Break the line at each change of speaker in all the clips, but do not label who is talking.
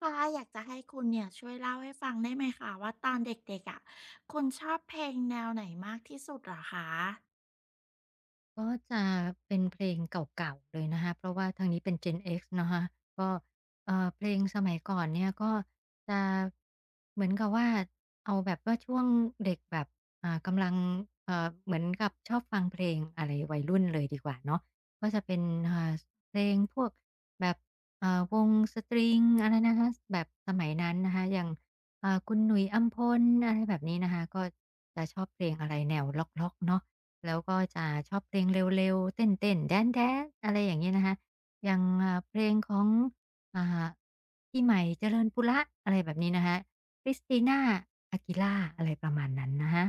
ค่ะอยากจะให้คุณเนี่ยช่วยเล่าให้ฟังได้ไหมคะว่าตอนเด็กๆอะคุณชอบเพลงแนวไหนมากที่สุดเหรอคะ
ก็จะเป็นเพลงเก่าๆเลยนะคะเพราะว่าทางนี้เป็น Gen X นะคะก็เพลงสมัยก่อนเนี่ยก็จะเหมือนกับว่าเอาแบบว่าช่วงเด็กแบบกำลังเหมือนกับชอบฟังเพลงอะไรวัยรุ่นเลยดีกว่าเนาะก็จะเป็นอ่าเพลงพวกแบบวงสตริงอะไรนะคะแบบสมัยนั้นนะคะอย่างคุณหนุ่ยอัมพลอะไรแบบนี้นะคะก็จะชอบเพลงอะไรแนวล็อกๆเนาะ แล้วก็จะชอบเพลงเร็วๆ เต้นๆ แดนแดๆอะไรอย่างเงี้ยนะคะอย่างเพลงของอ่าพี่ใหม่เจริญปุระอะไรแบบนี้นะคะคริสติน่าอากิล่าอะไรประมาณนั้นนะคะ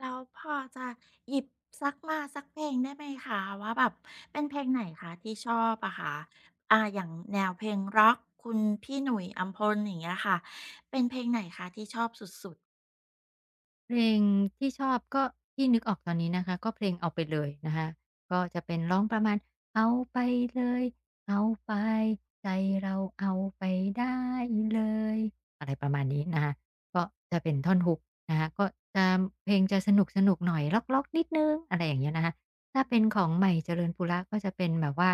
แล้วพอจะหยิบสักมาสักเพลงได้ไหมคะว่าแบบเป็นเพลงไหนคะที่ชอบอะคะอ่าอย่างแนวเพลงร็อกคุณพี่หนุ่ยอัมพลอย่างเงี้ยค่ะเป็นเพลงไหนคะที่ชอบสุดๆ
เพลงที่ชอบก็ที่นึกออกตอนนี้นะคะก็เพลงเอาไปเลยนะคะก็จะเป็นร้องประมาณเอาไปเลยเอาไปใจเราเอาไปได้เลยอะไรประมาณนี้นะคะก็จะเป็นท่อน Hook นะคะก็จะเพลงจะสนุกๆหน่อยร็อกๆนิดหนึ่งอะไรอย่างเงี้ยนะคะถ้าเป็นของใหม่เจริญปุระก็จะเป็นแบบว่า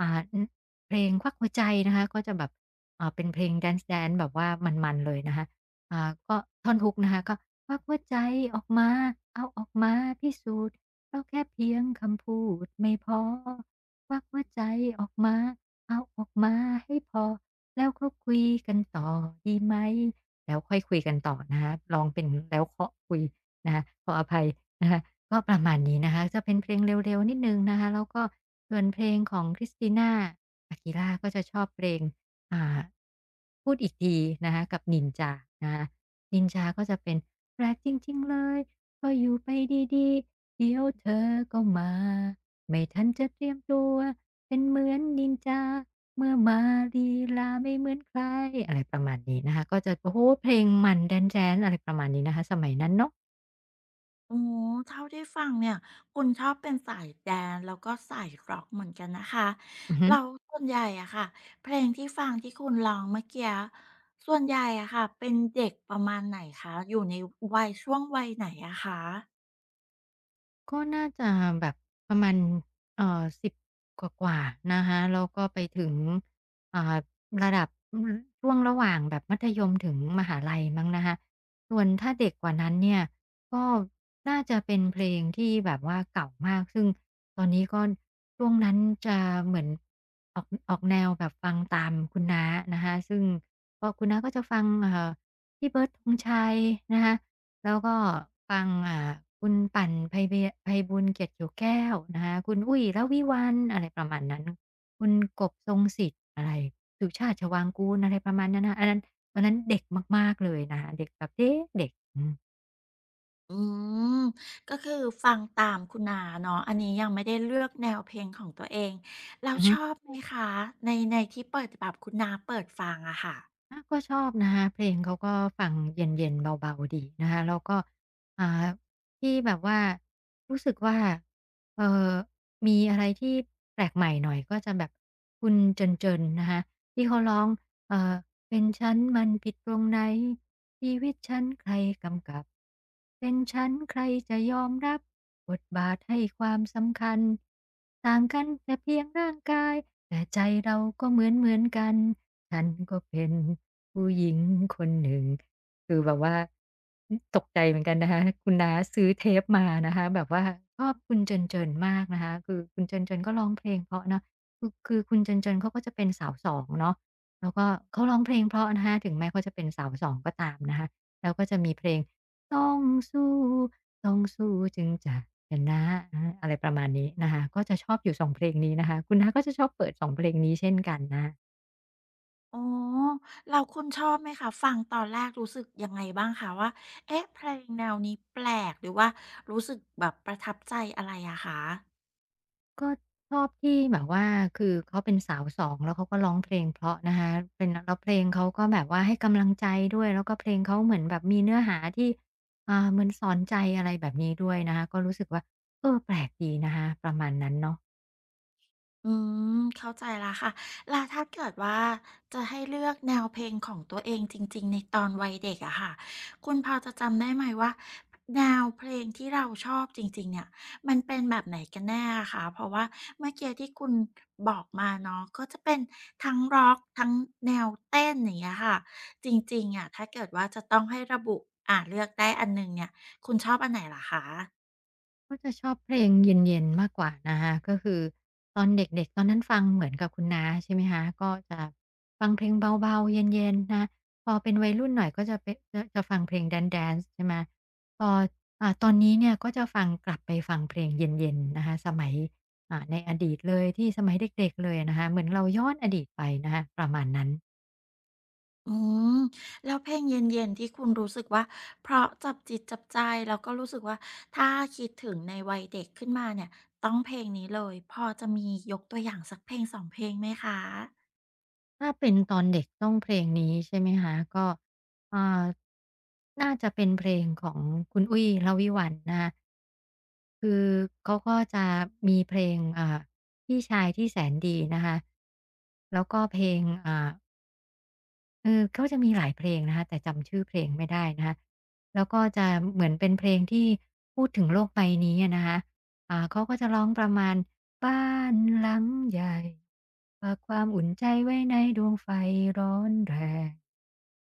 อือเพลงควักหัวใจนะคะก็จะแบบเป็นเพลง Dance Dance แบบว่ามันๆเลยนะคะ อ่าก็ท่อนฮุกนะคะก็ควักหัวใจออกมาเอาออกมาพิสูจน์เราแค่เพียงคำพูดไม่พอควักหัวใจออกมาเอาออกมาให้พอแล้วก็คุยกันต่อดีไหมแล้วค่อยคุยกันต่อนะคะรองเป็นแล้วเคาะคุยนะคะขออภัยนะคะก็ประมาณนี้นะคะจะเป็นเพลงเร็วๆนิดหนึ่งนะคะแล้วก็ส่วนเพลงของ c ริ i ต t i n a อา u i l e ก็จะชอบเพลง อ่าพูดอีกทีนะคะกับนินจานะคะนินจาก็จะเป็นแปลกจริงๆเลยก็อยู่ไปดีๆ เดี๋ยวเธอก็มา ไม่ทันจะเตรียมตัว เป็นเหมือนนินจาเมื่อมาลีลาไม่เหมือนใคร อะไรประมาณนี้นะคะก็จะโอ้โฮเพลงมันแดนซ์ๆอะไรประมาณนี้นะคะสมัยนั้นเนาะ
โอ้เท่าที่ฟังเนี่ยคุณชอบเป็นสายแดนซ์แล้วก็สายร็อกเหมือนกันนะคะ
อือฮึ
แล้วส่วนใหญ่อะค่ะเพลงที่ฟังที่คุณร้องเมื่อกี้ส่วนใหญ่อะค่ะเป็นเด็กประมาณไหนคะอยู่ในวัยช่วงวัยไหนอะคะ
ก็น่าจะแบบประมาณ10กว่าๆนะคะแล้วก็ไปถึงอ่าระดับอือช่วงระหว่างแบบมัธยมถึงมหาลัยมั้งนะคะส่วนถ้าเด็กกว่านั้นเนี่ยก็น่าจะเป็นเพลงที่แบบว่าเก่ามากซึ่งตอนนี้ก็ช่วงนั้นจะเหมือนออกแนวแบบฟังตามคุณน้านะคะซึ่งก็คุณน้าก็จะฟังพี่เบิร์ดธงชัยนะคะ แล้วก็ฟังคุณปั่นไพเบยไพบูญเกียรติอยู่แก้วนะคะคุณอุ้ยแล้ววิวันอะไรประมาณนั้นคุณกบทรงสิทธิ์อะไรสุชาติชวางกูลอะไรประมาณนั้นนะอันนั้นวันนั้นเด็กมากๆเลยนะคะเด็กแบบเด็ก
อืมก็คือฟังตามคุณอาเนาะอันนี้ยังไม่ได้เลือกแนวเพลงของตัวเองแล้ว
เด็กอื
ชอ
ม
บไหมคะในในที่เปิดแบบคุณน้าเปิดฟังอะค่ะ
อาก็ชอบนะคะเพลงเขาก็ฟังเย็นๆเบาๆดีนะคะแล้วก็อ่าที่แบบว่ารู้สึกว่าเอ่อมีอะไรที่แปลกใหม่หน่อยก็จะแบบคุณเจินๆนะคะที่เขาร้องเอ่อ เป็นฉันมันผิดตรงไหนชีวิตฉันใครกำกับเป็นฉันใครจะยอมรับบทบาทให้ความสำคัญต่างกันแต่เพียงร่างกายแต่ใจเราก็เหมือนกันฉันก็เป็นผู้หญิงคนหนึ่งคือแบบว่าตกใจเหมือนกันนะคะคุณน้าซื้อเทปมานะคะแบบว่าชอบคุณเจินเจินมากนะคะคือคุณเจินเจินก็ร้องเพลงเพราะเนาะคือคุณเจินเจินเขาก็จะเป็นสาวสองเนาะ แล้วก็เขาร้องเพลงเพราะนะคะถึงแม้เขาจะเป็นสาวสองก็ตามนะคะแล้วก็จะมีเพลงต้องสู้ต้องสู้จึงจะชนะอะไรประมาณนี้นะคะก็จะชอบอยู่สองเพลงนี้นะคะคุณน้าก็จะชอบเปิดสองเพลงนี้เช่นกันนะะ
อ๋อแล้วคุณชอบไหมคะฟังตอนแรกรู้สึกยังไงบ้างคะว่าเอ๊ะเพลงแนวนี้แปลกหรือว่ารู้สึกแบบประทับใจอะไรอะคะ
ก็ชอบที่แบบว่าคือเขาเป็นสาวสองแล้วเขาก็ร้องเพลงเพราะนะคะเป็นแล้วเพลงเขาก็แบบว่าให้กำลังใจด้วยแล้วก็เพลงเขาเหมือนแบบมีเนื้อหาที่เหมือนสอนใจอะไรแบบนี้ด้วยนะคะก็รู้สึกว่าเออแปลกดีนะคะประมาณนั้นเนาะ
อืมเข้าใจแล้วค่ะแล้วถ้าเกิดว่าจะให้เลือกแนวเพลงของตัวเองจริงๆในตอนวัยเด็กอะค่ะคุณพอจะจำได้ไหมว่าแนวเพลงที่เราชอบจริงๆเนี่ยมันเป็นแบบไหนกันแน่อะคะเพราะว่าเมื่อกี้ที่คุณบอกมาเนาะก็จะเป็นทั้งร็อกทั้งแนวเต้นอย่างเงี้ยค่ะจริงๆอะถ้าเกิดว่าจะต้องให้ระบุเลือกได้อันหนึ่งเนี่ยคุณชอบอันไหนเหรอคะ
ก็จะชอบเพลงเย็นๆมากกว่านะคะก็คือตอนเด็กๆตอนนั้นฟังเหมือนกับคุณน้าใช่ไหมคะก็จะฟังเพลงเบาๆเย็นๆนะคะพอเป็นวัยรุ่นหน่อยก็จะเป็นจะฟังเพลงแดนซ์ๆใช่ไหมพอตอนนี้เนี่ยก็จะฟังกลับไปฟังเพลงเย็นๆนะคะสมัยในอดีตเลยที่สมัยเด็กๆเลยนะคะเหมือนเราย้อนอดีตไปนะคะประมาณนั้น
อืมแล้วเพลงเย็นๆที่คุณรู้สึกว่าเพราะจับจิตจับใจแล้วก็รู้สึกว่าถ้าคิดถึงในวัยเด็กขึ้นมาเนี่ยต้องเพลงนี้เลยพอจะมียกตัวอย่างสักเพลงสองเพลงไหมคะ
ถ้าเป็นตอนเด็กต้องเพลงนี้ใช่ไหมคะก็อ่าน่าจะเป็นเพลงของคุณอุ้ยลวิวันนะคะคือเขาก็จะมีเพลงพี่ชายที่แสนดีนะคะแล้วก็เพลงอ่า ก็จะมีหลายเพลงนะคะแต่จำชื่อเพลงไม่ได้นะคะแล้วก็จะเหมือนเป็นเพลงที่พูดถึงโลกใบนี้อะนะคะเขาก็จะร้องประมาณบ้านหลังใหญ่ฝากความอุ่นใจไว้ในดวงไฟร้อนแรง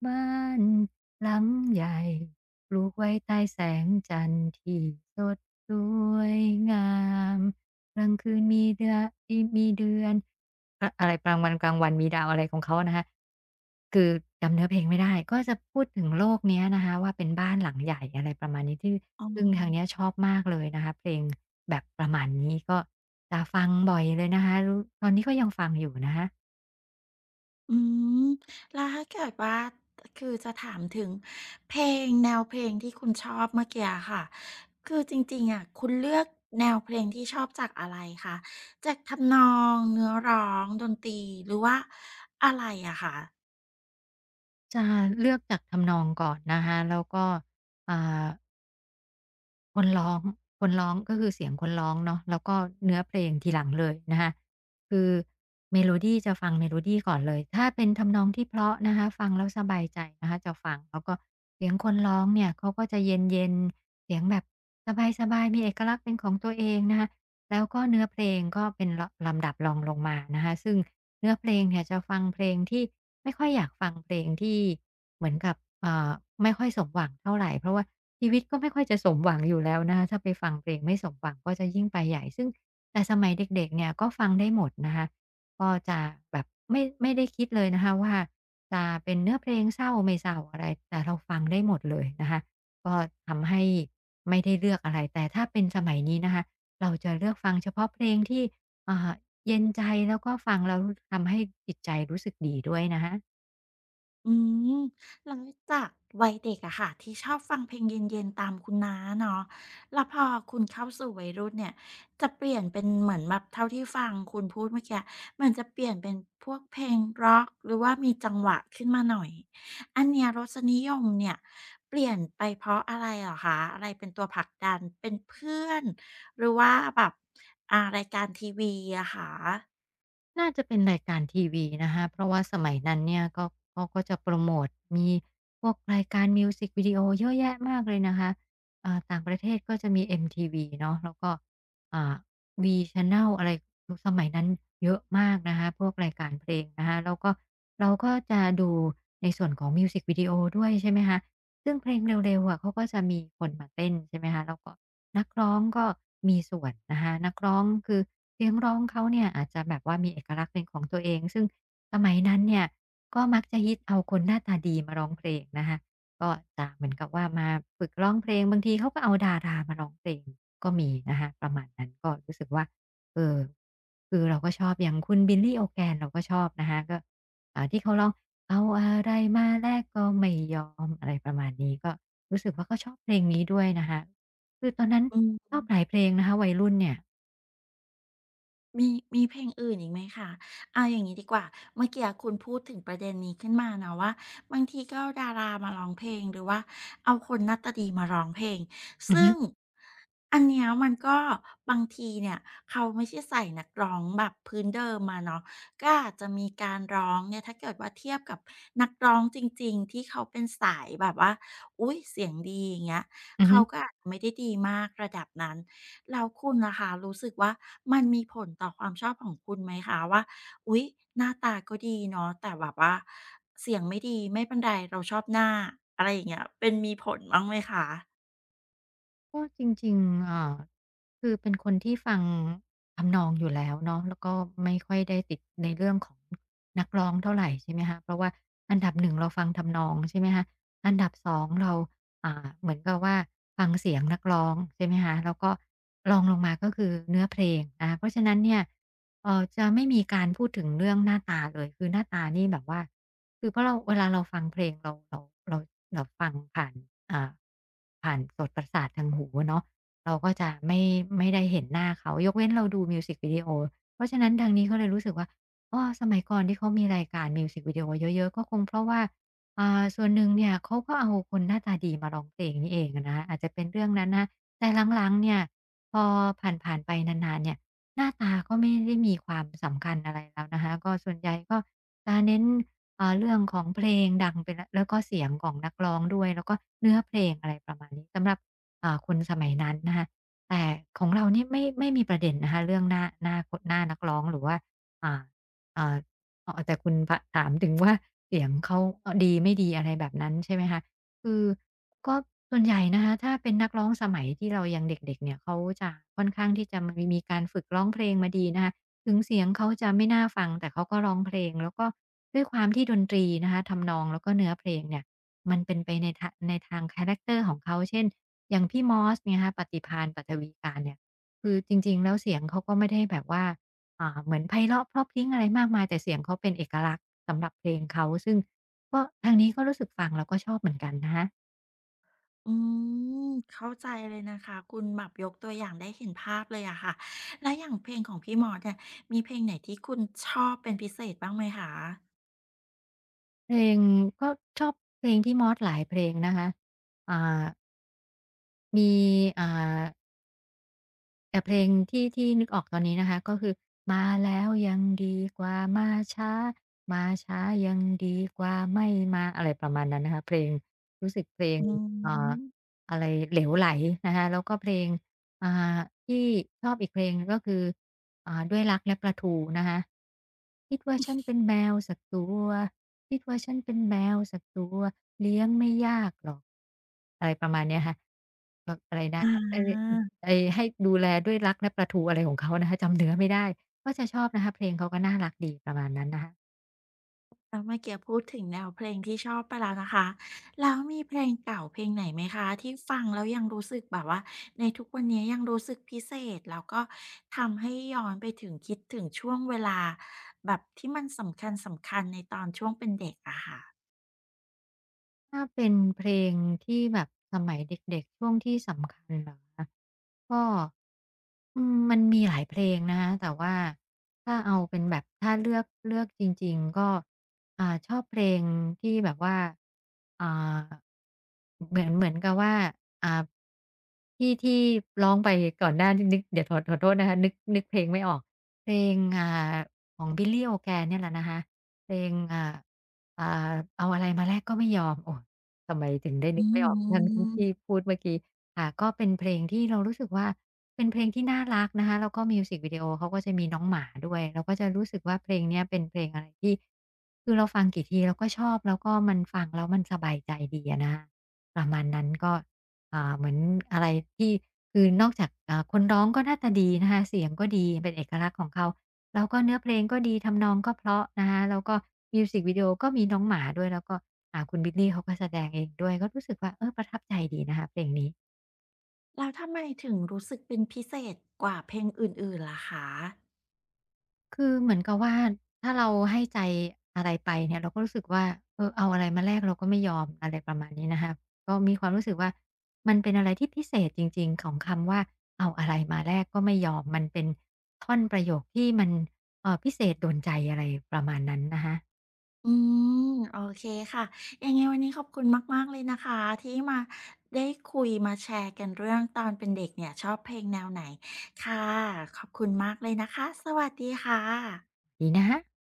บ้านหลังใหญ่ปลูกไว้ใต้แสงจันทร์ที่สดสวยงามกลางคืนมีเดือนอะไรกลางวันมีดาวอะไรของเขานะคะคือจำเนื้อเพลงไม่ได้ก็จะพูดถึงโลกเนี้ยนะคะว่าเป็นบ้านหลังใหญ่อะไรประมาณนี้ที่ซึ่งทางเนี้ยชอบมากเลยนะคะเพลงแบบประมาณนี้ก็จะฟังบ่อยเลยนะคะรู้ตอนนี้ก็ยังฟังอยู่นะคะ
อืมแล้วถ้าเกิดว่าตคือจะถามถึงเพลงแนวเพลงที่คุณชอบเมื่อกี้อะค่ะคือจริงๆอะคุณเลือกแนวเพลงที่ชอบจากอะไรคะจากทำนองเนื้อร้องดนตรีหรือว่าอะไรอะคะ
จะเลือกจากทำนองก่อนนะคะ แล้วก็อ่า คนร้องคนร้องก็คือเสียงคนร้องเนาะแล้วก็เนื้อเพลงทีหลังเลยนะคะคือเมโลดีจะฟังเมโลดีก่อนเลยถ้าเป็นทำนองที่เพราะนะคะฟังแล้วสบายใจนะคะจะฟังแล้วก็เสียงคนร้องเนี่ยเขาก็จะเย็นๆเสียงแบบสบายๆมีเอกลักษณ์เป็นของตัวเองนะคะแล้วก็เนื้อเพลงก็เป็นเลาะลำดับรองลงมานะคะซึ่งเนื้อเพลงเนี่ยจะฟังเพลงที่ไม่ค่อยอยากฟังเพลงที่เหมือนกับเอ่อไม่ค่อยสมหวังเท่าไรเพราะว่า ชีวิตก็ไม่ค่อยจะสมหวังอยู่แล้วนะคะถ้าไปฟังเพลงไม่สมหวังก็จะยิ่งไปใหญ่ซึ่งแต่สมัยเด็กๆเนี่ยก็ฟังได้หมดนะคะก็จะแบบไม่ได้คิดเลยนะคะว่าจะเป็นเนื้อเพลงเศร้าไม่เศร้าอะไรแต่เราฟังได้หมดเลยนะคะก็ทำให้ไม่ได้เลือกอะไรแต่ถ้าเป็นสมัยนี้นะคะเราจะเลือกฟังเฉพาะเพลงที่อ่าเย็นใจแล้วก็ฟังแล้วทำให้จิตใจรู้สึกดีด้วยนะคะ
อืมแล้วจากวัยเด็กอะค่ะที่ชอบฟังเพลงเย็นๆตามคุณน้าเนาะแล้วพอคุณเข้าสู่วัยรุ่นเนี่ยจะเปลี่ยนเป็นเหมือนแบบเท่าที่ฟังคุณพูดเมื่อกี้เหมือนจะเปลี่ยนเป็นพวกเพลงร็อกหรือว่ามีจังหวะขึ้นมาหน่อยอันเนี้ยรสนิยมเนี่ยเปลี่ยนไปเพราะอะไรเหรอคะอะไรเป็นตัวผลักดันเป็นเพื่อนหรือว่าแบบรายการทีวีอะคะ
น่าจะเป็นรายการทีวีนะคะเพราะว่าสมัยนั้นเนี่ยก็เขาก็จะโปรโมตมีพวกรายการมิวสิกวิดีโอเยอะแยะมากเลยนะคะต่างประเทศก็จะมี MTV เนาะแล้วก็อ่า V Channel อะไรุสมัยนั้นเยอะมากนะคะพวกรายการเพลงนะคะแล้วก็เราก็จะดูในส่วนของมิวสิกวิดีโอด้วยใช่ไหมคะซึ่งเพลงเร็วๆอะเขาก็จะมีคนมาเต้นใช่ไหมคะแล้วก็นักร้องก็มีส่วนนะคะนักร้องคือ เสียงร้องเขาเนี่ยอาจจะแบบว่ามีเอกลักษณ์เป็นของตัวเองซึ่งสมัยนั้นเนี่ยก็มักจะฮิตเอาคนหน้าตาดีมาร้องเพลงนะคะก็จะเหมือนกับว่ามาฝึกร้องเพลงบางทีเขาก็เอาดารามาร้องเพลงก็มีนะคะประมาณนั้นก็รู้สึกว่าเออคือเราก็ชอบอย่างคุณบิลล l ่โอ g a นเราก็ชอบนะคะก็ที่เขาร้องเอาอะไรมาแลกก็ไม่ยอมอะไรประมาณนี้ก็รู้สึกว่าก็ชอบเพลงนี้ด้วยนะคะคือตอนนั้นชอบหลายเพลงนะคะวัยรุ่นเนี่ย
มีมีเพลงอื่นอีกไหมคะเอาอย่างงี้ดีกว่าเมื่อกี้อะคุณพูดถึงประเด็นนี้ขึ้นมาเนาะว่าบางทีก็เอาดารามาร้องเพลงหรือว่าเอาคนหน้าตาดีมาร้องเพลง
อือ
ซึ่
ฮึ
งอันเนี้ยมันก็บางทีเนี่ยเขาไม่ใช่ใส่นักร้องแบบพื้นเดิมมาเนาะก็อาจจะมีการร้องเนี่ยถ้าเกิดว่าเทียบกับนักร้องจริงๆที่เขาเป็นสายแบบว่าอุ๊ยเสียงดีอย่างเงี้ย
อือฮึ
เขาก็อาจจะไม่ได้ดีมากระดับนั้น แล้วคุณนะคะรู้สึกว่ามันมีผลต่อความชอบของคุณไหมคะว่าอุ๊ยหน้าตาก็ดีเนาะแต่แบบว่าเสียงไม่ดีไม่เป็นไรเราชอบหน้าอะไรอย่างเงี้ยเป็นมีผลบ้างไหมคะ
ก็จริงๆเอ่าคือเป็นคนที่ฟังทำนองอยู่แล้วเนาะแล้วก็ไม่ค่อยได้ติดในเรื่องของนักร้องเท่าไรใช่ไหมคะเพราะว่าอันดับหนึ่งเราฟังทำนองใช่ไหมคะอันดับสองเราเหมือนกับว่าฟังเสียงนักร้องใช่ไหมคะแล้วก็รองลงมาก็คือเนื้อเพลงนะคะเพราะฉะนั้นเนี่ยจะไม่มีการพูดถึงเรื่องหน้าตาเลยคือหน้าตานี่แบบว่า คือเพราะเราเวลาเราฟังเพลงเราเราฟังผ่านอ่าผ่านโสตประสาททางหูอะเนาะเราก็จะไม่ได้เห็นหน้าเขายกเว้นเราดูมิวสิกวิดีโอเพราะฉะนั้นทางนี้เขาเลยรู้สึกว่าอ๋อสมัยก่อนที่เขามีรายการมิวสิกวิดีโอเยอะๆก็คงเพราะว่าส่วนหนึ่งเนี่ยเขาก็เอาคนหน้าตาดีมาร้องเพลงนี่เองอะนะอาจจะเป็นเรื่องนั้นนะแต่หลังๆเนี่ยพอผ่านๆไปนานๆเนี่ยหน้าตาก็ไม่ได้มีความสำคัญอะไรแล้วนะคะก็ส่วนใหญ่ก็จะเน้น เรื่องของเพลงดังไปแล้วแล้วก็เสียงของนักร้องด้วยแล้วก็เนื้อเพลงอะไรประมาณนี้สำหรับคนสมัยนั้นนะคะแต่ของเรานี่ไม่มีประเด็นนะคะเรื่องหน้านักร้องหรือว่าอ่าอ่าอ๋อแต่คุณพะถามถึงว่าเสียงเขาดีไม่ดีอะไรแบบนั้นใช่ไหมคะคือก็ส่วนใหญ่นะคะถ้าเป็นนักร้องสมัยที่เรายังเด็กๆเนี่ยเขาจะค่อนข้างที่จะมีการฝึกร้องเพลงมาดีนะคะ ถึงเสียงเขาจะไม่น่าฟังแต่เขาก็ร้องเพลงแล้วก็ด้วยความที่ดนตรีนะคะทำนองแล้วก็เนื้อเพลงเนี่ยมันเป็นไปในในทางคาแรกเตอร์ของเขาเช่นอย่างพี่มอสเนี่ยนะคะปฏิภาณปัทวีการเนี่ยคือจริงๆแล้วเสียงเขาก็ไม่ได้แบบว่าเหมือนไพเราะเพราะพริ้งอะไรมากมายแต่เสียงเขาเป็นเอกลักษณ์สำหรับเพลงเขาซึ่งก็ทางนี้ก็รู้สึกฟังแล้วก็ชอบเหมือนกันนะคะ
อืมเข้าใจเลยนะคะคุณแบบยกตัวอย่างได้เห็นภาพเลยอะค่ะแล้วอย่างเพลงของพี่มอสเนี่ยมีเพลงไหนที่คุณชอบเป็นพิเศษบ้างไหมคะ
เพลงก็ชอบเพลงพี่มอสหลายเพลงนะคะอ่ามีอ่า แต่เพลงที่นึกออกตอนนี้นะคะก็คือมาแล้วยังดีกว่ามาช้ามาช้ายังดีกว่าไม่มาอะไรประมาณนั้นนะคะเพลงรู้สึกเพลง
อื
อ่า
ม
อะไรเหลวไหลนะคะแล้วก็เพลงอ่าที่ชอบอีกเพลงหนึ่งก็คือด้วยรักและปลาทูนะคะคิดว่าฉันเป็นแมวสักตัวคิดว่าฉันเป็นแมวสักตัวเลี้ยงไม่ยากหรอกอะไรประมาณเนี้ยค่ะแบบอะไรนะ
อา
ให้ไอ้ให้ดูแลด้วยรักและปลาทูอะไรของเขานะคะจำเนื้อไม่ได้ก็จะชอบนะคะเพลงเขาก็น่ารักดีประมาณนั้นนะคะ
แล้วเมื่อกี้พูดถึงแนวเพลงที่ชอบไปแล้วนะคะแล้วมีเพลงเก่าเพลงไหนไหมคะที่ฟังแล้วยังรู้สึกแบบว่าในทุกวันนี้ยังรู้สึกพิเศษแล้วก็ทำให้ย้อนไปถึงคิดถึงช่วงเวลาแบบที่มันสำคัญสำคัญในตอนช่วงเป็นเด็กอะค่ะ
ถ้าเป็นเพลงที่แบบสมัยเด็กๆช่วงที่สำคัญเหรอคะก็อืมมันมีหลายเพลงนะคะแต่ว่าถ้าเอาเป็นแบบถ้าเลือกจริงๆก็ชอบเพลงที่แบบว่าอ่าเหมือนกับว่าอ่าที่ร้องไปก่อนหน้านิดนึกเดี๋ยวขอโทษนะคะนึกเพลงไม่ออกเพลงของ Billy Organ เนี่ยแหละนะคะเพลงอ่าเอาอะไรมาแลกก็ไม่ยอมโอ้ทำไมถึงได้
อื
นึกไม่ออกทั้งที่
ม
พูดเมื่อกี้ค่ะก็เป็นเพลงที่เรารู้สึกว่าเป็นเพลงที่น่ารักนะคะแล้วก็มิวสิกวิดีโอเขาก็จะมีน้องหมาด้วยเราก็จะรู้สึกว่าเพลงเนี้ยเป็นเพลงอะไรที่คือเราฟังกี่ทีเราก็ชอบแล้วก็มันฟังแล้วมันสบายใจดีอะนะคะประมาณนั้นก็เหมือนอะไรที่คือนอกจากคนร้องก็หน้าตาดีนะคะเสียงก็ดีเป็นเอกลักษณ์ของเขา แล้วก็เนื้อเพลงก็ดีทำนองก็เพราะนะคะแล้วก็มิวสิกวิดีโอก็มีน้องหมาด้วยแล้วก็คุณบิลลี่เขาก็แสดงเองด้วยก็รู้สึกว่าเออประทับใจดีนะคะเพลงนี้
แล้วทำไมถึงรู้สึกเป็นพิเศษกว่าเพลงอื่นๆล่ะคะ
คือเหมือนกับว่าถ้าเราให้ใจอะไรไปเนี่ยเราก็รู้สึกว่าเออเอาอะไรมาแลกเราก็ไม่ยอมอะไรประมาณนี้นะคะก็มีความรู้สึกว่ามันเป็นอะไรที่พิเศษจริงๆของคำว่าเอาอะไรมาแลกก็ไม่ยอมมันเป็นท่อนประโยคที่มันพิเศษโดนใจอะไรประมาณนั้นนะคะ
อืมโอเคค่ะยังไงวันนี้ขอบคุณมากๆเลยนะคะที่มาได้คุยมาแชร์กันเรื่องตอนเป็นเด็กเนี่ยชอบเพลงแนวไหนค่ะขอบคุณมากเลยนะคะสวัสดีค่ะ
ดีนะคะ